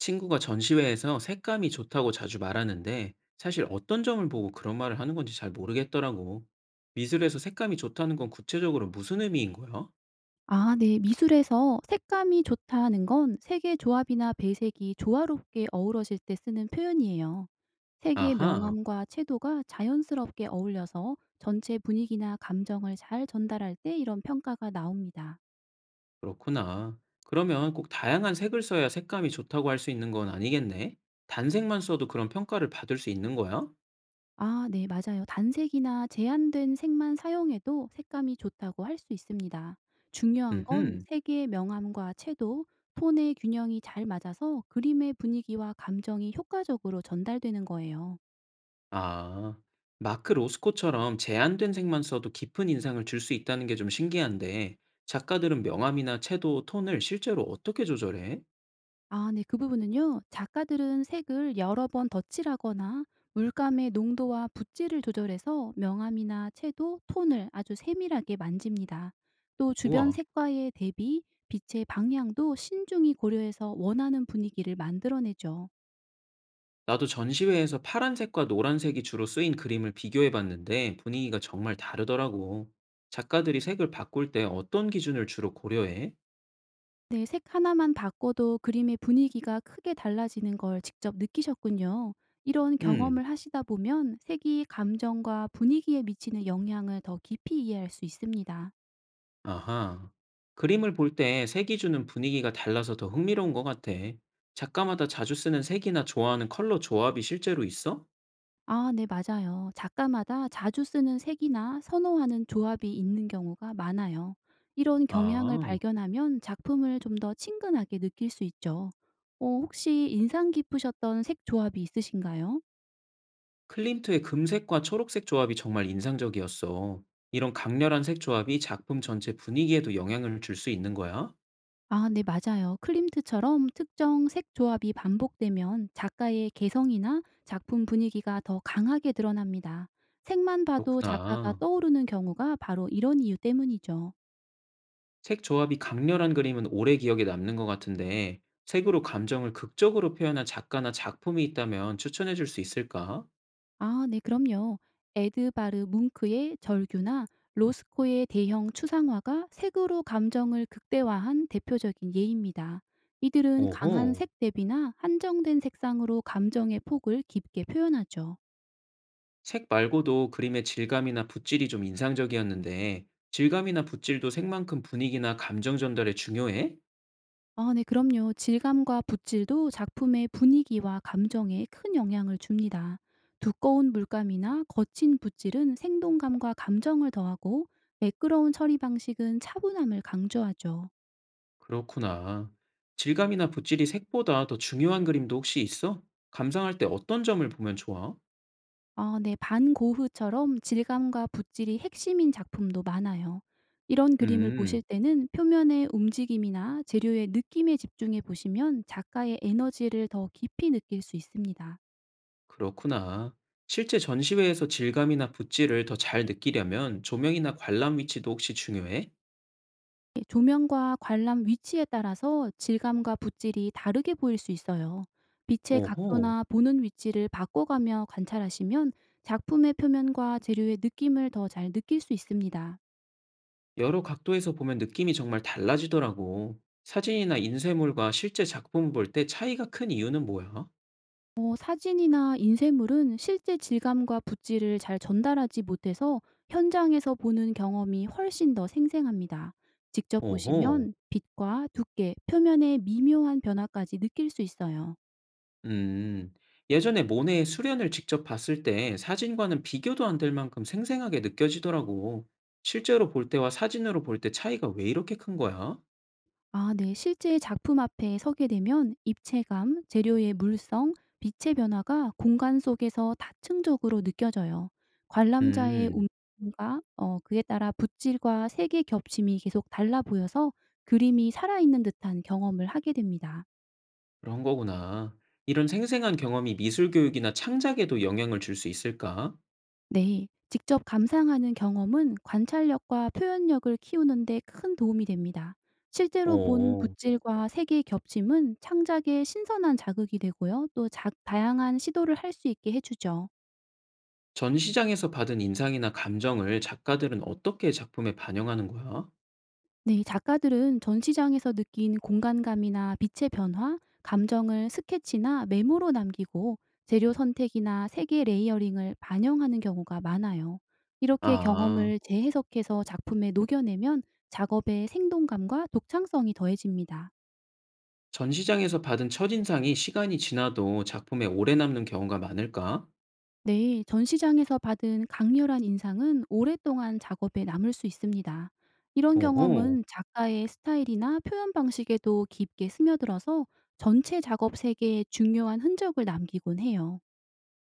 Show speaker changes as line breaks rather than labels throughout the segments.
친구가 전시회에서 색감이 좋다고 자주 말하는데 사실 어떤 점을 보고 그런 말을 하는 건지 잘 모르겠더라고. 미술에서 색감이 좋다는 건 구체적으로 무슨 의미인 거야?
아 네. 미술에서 색감이 좋다는 건 색의 조합이나 배색이 조화롭게 어우러질 때 쓰는 표현이에요. 색의
아하,
명암과 채도가 자연스럽게 어울려서 전체 분위기나 감정을 잘 전달할 때 이런 평가가 나옵니다.
그렇구나. 그러면 꼭 다양한 색을 써야 색감이 좋다고 할 수 있는 건 아니겠네? 단색만 써도 그런 평가를 받을 수 있는 거야?
아 네 맞아요. 단색이나 제한된 색만 사용해도 색감이 좋다고 할 수 있습니다. 중요한 건
음흠.
색의 명암과 채도, 톤의 균형이 잘 맞아서 그림의 분위기와 감정이 효과적으로 전달되는 거예요.
아. 마크 로스코처럼 제한된 색만 써도 깊은 인상을 줄 수 있다는 게 좀 신기한데 작가들은 명암이나 채도, 톤을 실제로 어떻게 조절해?
아 네. 그 부분은요. 작가들은 색을 여러 번 덧칠하거나 물감의 농도와 붓질을 조절해서 명암이나 채도, 톤을 아주 세밀하게 만집니다. 또 주변
우와.
색과의 대비, 빛의 방향도 신중히 고려해서 원하는 분위기를 만들어내죠.
나도 전시회에서 파란색과 노란색이 주로 쓰인 그림을 비교해 봤는데 분위기가 정말 다르더라고. 작가들이 색을 바꿀 때 어떤 기준을 주로 고려해?
네, 색 하나만 바꿔도 그림의 분위기가 크게 달라지는 걸 직접 느끼셨군요. 이런
음,
경험을 하시다 보면 색이 감정과 분위기에 미치는 영향을 더 깊이 이해할 수 있습니다.
아하. 그림을 볼 때 색 기준은 분위기가 달라서 더 흥미로운 것 같아. 작가마다 자주 쓰는 색이나 좋아하는 컬러 조합이 실제로 있어?
아 네 맞아요. 작가마다 자주 쓰는 색이나 선호하는 조합이 있는 경우가 많아요. 이런 경향을
아,
발견하면 작품을 좀 더 친근하게 느낄 수 있죠. 혹시 인상 깊으셨던 색 조합이 있으신가요?
클림트의 금색과 초록색 조합이 정말 인상적이었어. 이런 강렬한 색 조합이 작품 전체 분위기에도 영향을 줄 수 있는 거야?
아 네 맞아요. 클림트처럼 특정 색 조합이 반복되면 작가의 개성이나 작품 분위기가 더 강하게 드러납니다. 색만 봐도 작가가
그렇구나.
떠오르는 경우가 바로 이런 이유 때문이죠.
색 조합이 강렬한 그림은 오래 기억에 남는 것 같은데, 색으로 감정을 극적으로 표현한 작가나 작품이 있다면 추천해 줄 수 있을까?
아, 네, 그럼요. 에드바르 뭉크의 절규나 로스코의 대형 추상화가 색으로 감정을 극대화한 대표적인 예입니다. 이들은 강한
오호,
색 대비나 한정된 색상으로 감정의 폭을 깊게 표현하죠.
색 말고도 그림의 질감이나 붓질이 좀 인상적이었는데, 질감이나 붓질도 색만큼 분위기나 감정 전달에 중요해?
아, 네, 그럼요. 질감과 붓질도 작품의 분위기와 감정에 큰 영향을 줍니다. 두꺼운 물감이나 거친 붓질은 생동감과 감정을 더하고 매끄러운 처리 방식은 차분함을 강조하죠.
그렇구나. 질감이나 붓질이 색보다 더 중요한 그림도 혹시 있어? 감상할 때 어떤 점을 보면 좋아?
어, 네. 반고흐처럼 질감과 붓질이 핵심인 작품도 많아요. 이런 그림을 보실
음.
때는 표면의 움직임이나 재료의 느낌에 집중해 보시면 작가의 에너지를 더 깊이 느낄 수 있습니다.
그렇구나. 실제 전시회에서 질감이나 붓질을 더 잘 느끼려면 조명이나 관람 위치도 혹시 중요해?
예 조명과 관람 위치에 따라서 질감과 붓질이 다르게 보일 수 있어요. 빛의
오호,
각도나 보는 위치를 바꿔가며 관찰하시면 작품의 표면과 재료의 느낌을 더 잘 느낄 수 있습니다.
여러 각도에서 보면 느낌이 정말 달라지더라고. 사진이나 인쇄물과 실제 작품 볼 때 차이가 큰 이유는 뭐야?
사진이나 인쇄물은 실제 질감과 붓질을 잘 전달하지 못해서 현장에서 보는 경험이 훨씬 더 생생합니다. 직접
오호,
보시면 빛과 두께, 표면의 미묘한 변화까지 느낄 수 있어요.
음, 예전에 모네의 수련을 직접 봤을 때 사진과는 비교도 안 될 만큼 생생하게 느껴지더라고. 실제로 볼 때와 사진으로 볼 때 차이가 왜 이렇게 큰 거야?
아, 네. 실제 작품 앞에 서게 되면 입체감, 재료의 물성, 빛의 변화가 공간 속에서 다층적으로 느껴져요. 관람자의
음.
움직임과 그에 따라 붓질과 색의 겹침이 계속 달라 보여서 그림이 살아있는 듯한 경험을 하게 됩니다.
그런 거구나. 이런 생생한 경험이 미술 교육이나 창작에도 영향을 줄 수 있을까?
네. 직접 감상하는 경험은 관찰력과 표현력을 키우는 데 큰 도움이 됩니다. 실제로 본
어,
붓질과 색의 겹침은 창작에 신선한 자극이 되고요. 또 다양한 시도를 할 수 있게 해주죠.
전시장에서 받은 인상이나 감정을 작가들은 어떻게 작품에 반영하는 거야?
네, 작가들은 전시장에서 느낀 공간감이나 빛의 변화, 감정을 스케치나 메모로 남기고 재료 선택이나 색의 레이어링을 반영하는 경우가 많아요. 이렇게
아,
경험을 재해석해서 작품에 녹여내면 작업의 생동감과 독창성이 더해집니다.
전시장에서 받은 첫인상이 시간이 지나도 작품에 오래 남는 경우가 많을까?
네, 전시장에서 받은 강렬한 인상은 오랫동안 작업에 남을 수 있습니다. 이런
오호,
경험은 작가의 스타일이나 표현 방식에도 깊게 스며들어서 전체 작업 세계에 중요한 흔적을 남기곤 해요.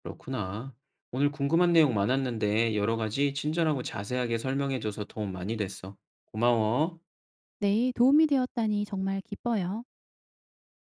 그렇구나. 오늘 궁금한 내용 많았는데 여러 가지 친절하고 자세하게 설명해줘서 도움 많이 됐어. 고마워.
네, 도움이 되었다니 정말 기뻐요.